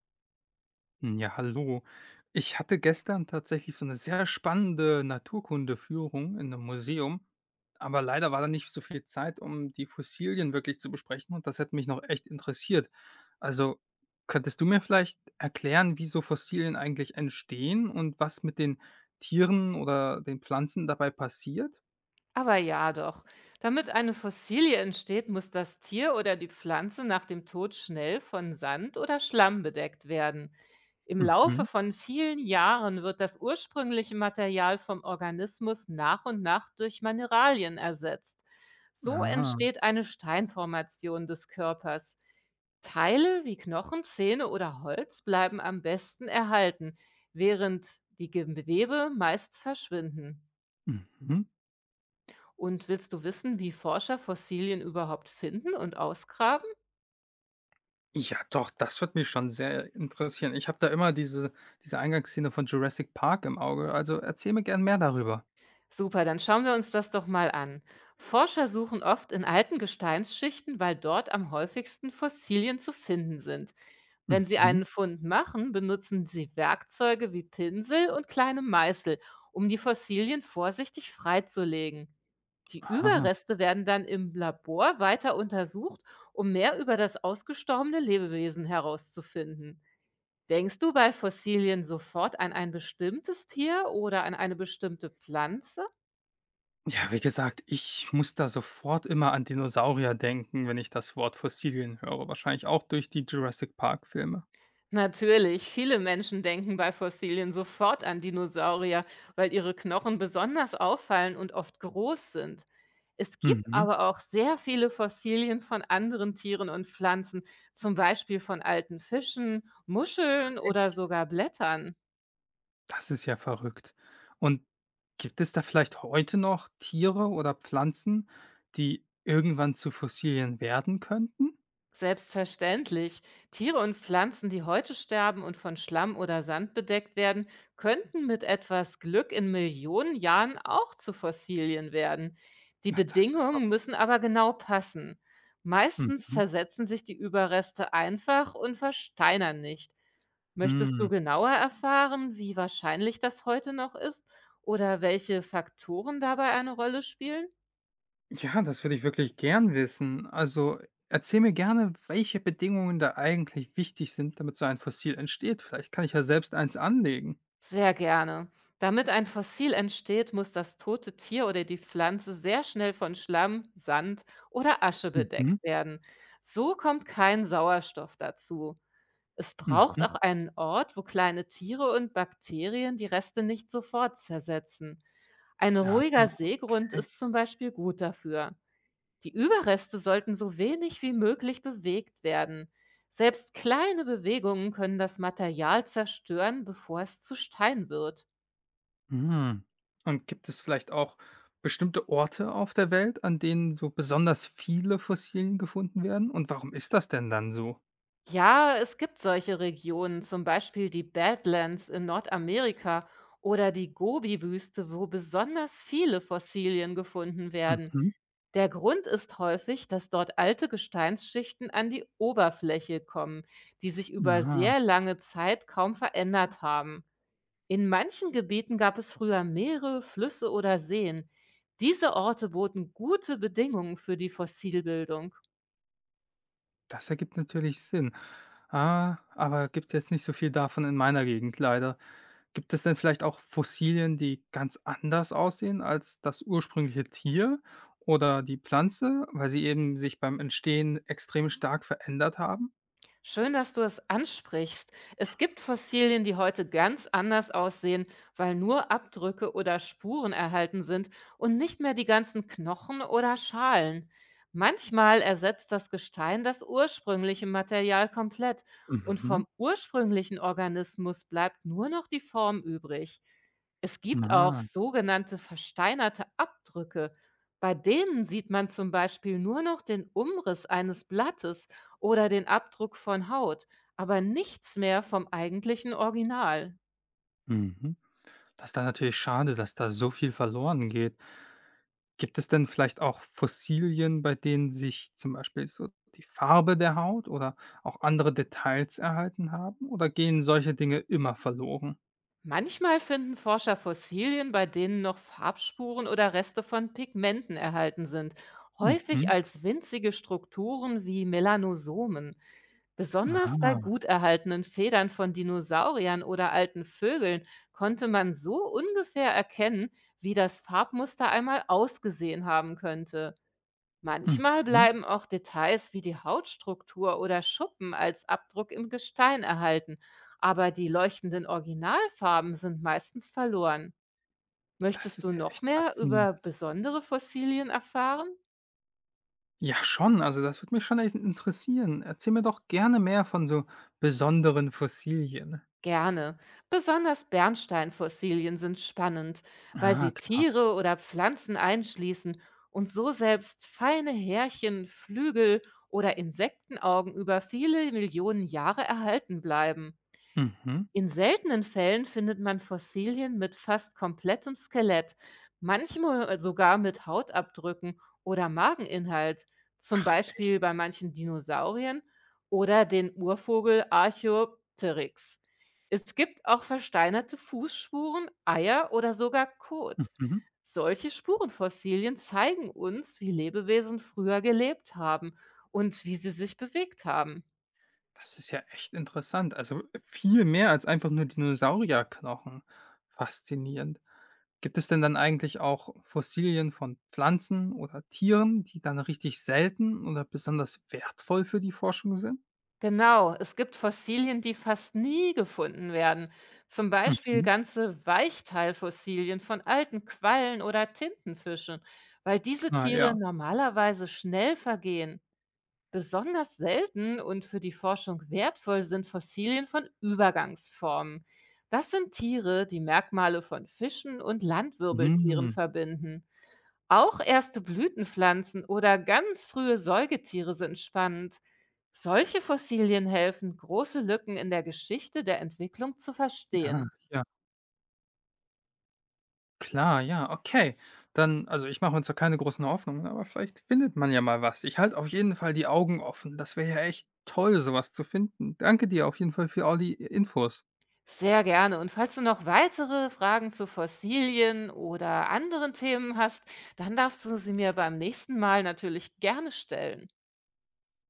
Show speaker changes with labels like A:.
A: Hm, ja, hallo. Ich hatte gestern tatsächlich so eine sehr spannende Naturkundeführung in einem Museum, aber leider war da nicht so viel Zeit, um die Fossilien wirklich zu besprechen und das hätte mich noch echt interessiert. Also, könntest du mir vielleicht erklären, wie so Fossilien eigentlich entstehen und was mit den Tieren oder den Pflanzen dabei passiert?
B: Aber ja doch. Damit eine Fossilie entsteht, muss das Tier oder die Pflanze nach dem Tod schnell von Sand oder Schlamm bedeckt werden. Im Laufe
A: Mhm.
B: von vielen Jahren wird das ursprüngliche Material vom Organismus nach und nach durch Mineralien ersetzt. So
A: Ah,
B: entsteht eine Steinformation des Körpers. Teile wie Knochen, Zähne oder Holz bleiben am besten erhalten, während die Gewebe meist verschwinden.
A: mhm.
B: Und willst du wissen, wie Forscher Fossilien überhaupt finden und ausgraben?
A: Ja, doch, das wird mich schon sehr interessieren. Ich habe da immer diese Eingangsszene von Jurassic Park im Auge. Also, erzähl mir gern mehr darüber.
B: Super, dann schauen wir uns das doch mal an. Forscher suchen oft in alten Gesteinsschichten, weil dort am häufigsten Fossilien zu finden sind. Wenn sie
A: Mhm.
B: einen Fund machen, benutzen sie Werkzeuge wie Pinsel und kleine Meißel, um die Fossilien vorsichtig freizulegen. Die
A: Ah.
B: Überreste werden dann im Labor weiter untersucht, um mehr über das ausgestorbene Lebewesen herauszufinden. Denkst du bei Fossilien sofort an ein bestimmtes Tier oder an eine bestimmte Pflanze?
A: Ja, wie gesagt, ich muss da sofort immer an Dinosaurier denken, wenn ich das Wort Fossilien höre, wahrscheinlich auch durch die Jurassic Park-Filme.
B: Natürlich, viele Menschen denken bei Fossilien sofort an Dinosaurier, weil ihre Knochen besonders auffallen und oft groß sind. Es gibt
A: Mhm.
B: aber auch sehr viele Fossilien von anderen Tieren und Pflanzen, zum Beispiel von alten Fischen, Muscheln oder
A: Echt?
B: sogar Blättern.
A: Das ist ja verrückt. Und gibt es da vielleicht heute noch Tiere oder Pflanzen, die irgendwann zu Fossilien werden könnten?
B: Selbstverständlich. Tiere und Pflanzen, die heute sterben und von Schlamm oder Sand bedeckt werden, könnten mit etwas Glück in Millionen Jahren auch zu Fossilien werden. Die
A: Ach, das ist ja
B: Bedingungen
A: verrückt.
B: müssen aber genau passen. Meistens
A: Mhm.
B: zersetzen sich die Überreste einfach und versteinern nicht. Möchtest du
A: Mhm.
B: genauer erfahren, wie wahrscheinlich das heute noch ist oder welche Faktoren dabei eine Rolle spielen?
A: Ja, das würde ich wirklich gern wissen. Also, erzähl mir gerne, welche Bedingungen da eigentlich wichtig sind, damit so ein Fossil entsteht. Vielleicht kann ich ja selbst eins anlegen.
B: Sehr gerne. Damit ein Fossil entsteht, muss das tote Tier oder die Pflanze sehr schnell von Schlamm, Sand oder Asche
A: Mhm,
B: bedeckt werden. So kommt kein Sauerstoff dazu. Es braucht
A: mhm.
B: auch einen Ort, wo kleine Tiere und Bakterien die Reste nicht sofort zersetzen. Ein
A: Ah,
B: ruhiger Seegrund
A: okay.
B: ist zum Beispiel gut dafür. Die Überreste sollten so wenig wie möglich bewegt werden. Selbst kleine Bewegungen können das Material zerstören, bevor es zu Stein wird.
A: Mhm. Und gibt es vielleicht auch bestimmte Orte auf der Welt, an denen so besonders viele Fossilien gefunden werden? Und warum ist das denn dann so?
B: Ja, es gibt solche Regionen, zum Beispiel die Badlands in Nordamerika oder die Gobi-Wüste, wo besonders viele Fossilien gefunden werden.
A: Mhm.
B: Der Grund ist häufig, dass dort alte Gesteinsschichten an die Oberfläche kommen, die sich über
A: Ah.
B: sehr lange Zeit kaum verändert haben. In manchen Gebieten gab es früher Meere, Flüsse oder Seen. Diese Orte boten gute Bedingungen für die Fossilbildung.
A: Das ergibt natürlich Sinn. Ah, aber gibt jetzt nicht so viel davon in meiner Gegend leider. Gibt es denn vielleicht auch Fossilien, die ganz anders aussehen als das ursprüngliche Tier oder die Pflanze, weil sie eben sich beim Entstehen extrem stark verändert haben?
B: Schön, dass du es ansprichst. Es gibt Fossilien, die heute ganz anders aussehen, weil nur Abdrücke oder Spuren erhalten sind und nicht mehr die ganzen Knochen oder Schalen. Manchmal ersetzt das Gestein das ursprüngliche Material komplett und
A: Mhm.
B: vom ursprünglichen Organismus bleibt nur noch die Form übrig. Es
A: Mhm.
B: gibt auch
A: Ah,
B: sogenannte versteinerte Abdrücke. Bei denen sieht man zum Beispiel nur noch den Umriss eines Blattes oder den Abdruck von Haut, aber nichts mehr vom eigentlichen Original.
A: mhm. Das ist dann natürlich schade, dass da so viel verloren geht. Gibt es denn vielleicht auch Fossilien, bei denen sich zum Beispiel so die Farbe der Haut oder auch andere Details erhalten haben? Oder gehen solche Dinge immer verloren?
B: Manchmal finden Forscher Fossilien, bei denen noch Farbspuren oder Reste von Pigmenten erhalten sind, häufig
A: Mhm.
B: als winzige Strukturen wie Melanosomen. Besonders bei
A: Ah.
B: gut erhaltenen Federn von Dinosauriern oder alten Vögeln konnte man so ungefähr erkennen, wie das Farbmuster einmal ausgesehen haben könnte. Manchmal
A: Mhm.
B: bleiben auch Details wie die Hautstruktur oder Schuppen als Abdruck im Gestein erhalten, aber die leuchtenden Originalfarben sind meistens verloren.
A: Das
B: Möchtest du
A: ist ja
B: noch
A: echt
B: mehr
A: faszinierend.
B: über besondere Fossilien erfahren?
A: Ja, schon. Also das würde mich schon echt interessieren. Erzähl mir doch gerne mehr von so besonderen Fossilien.
B: Gerne. Besonders Bernsteinfossilien sind spannend, weil
A: Ah,
B: sie
A: klar.
B: Tiere oder Pflanzen einschließen und so selbst feine Härchen, Flügel oder Insektenaugen über viele Millionen Jahre erhalten bleiben.
A: Mhm.
B: In seltenen Fällen findet man Fossilien mit fast komplettem Skelett, manchmal sogar mit Hautabdrücken oder Mageninhalt, zum
A: Ach.
B: Beispiel bei manchen Dinosauriern oder den Urvogel Archaeopteryx. Es gibt auch versteinerte Fußspuren, Eier oder sogar Kot.
A: Mhm.
B: Solche Spurenfossilien zeigen uns, wie Lebewesen früher gelebt haben und wie sie sich bewegt haben.
A: Das ist ja echt interessant. Also viel mehr als einfach nur Dinosaurierknochen. Faszinierend. Gibt es denn dann eigentlich auch Fossilien von Pflanzen oder Tieren, die dann richtig selten oder besonders wertvoll für die Forschung sind?
B: Genau, es gibt Fossilien, die fast nie gefunden werden. Zum Beispiel
A: Mhm.
B: ganze Weichteilfossilien von alten Quallen oder Tintenfischen, weil diese
A: Klar,
B: Tiere
A: ja.
B: normalerweise schnell vergehen. Besonders selten und für die Forschung wertvoll sind Fossilien von Übergangsformen. Das sind Tiere, die Merkmale von Fischen und Landwirbeltieren
A: Mhm.
B: verbinden. Auch erste Blütenpflanzen oder ganz frühe Säugetiere sind spannend. Solche Fossilien helfen, große Lücken in der Geschichte der Entwicklung zu
A: Ah,
B: verstehen.
A: ja. Klar, ja, okay. Dann, also ich mache uns da keine großen Hoffnungen, aber vielleicht findet man ja mal was. Ich halte auf jeden Fall die Augen offen. Das wäre ja echt toll, sowas zu finden. Danke dir auf jeden Fall für all die Infos.
B: Sehr gerne. Und falls du noch weitere Fragen zu Fossilien oder anderen Themen hast, dann darfst du sie mir beim nächsten Mal natürlich gerne stellen.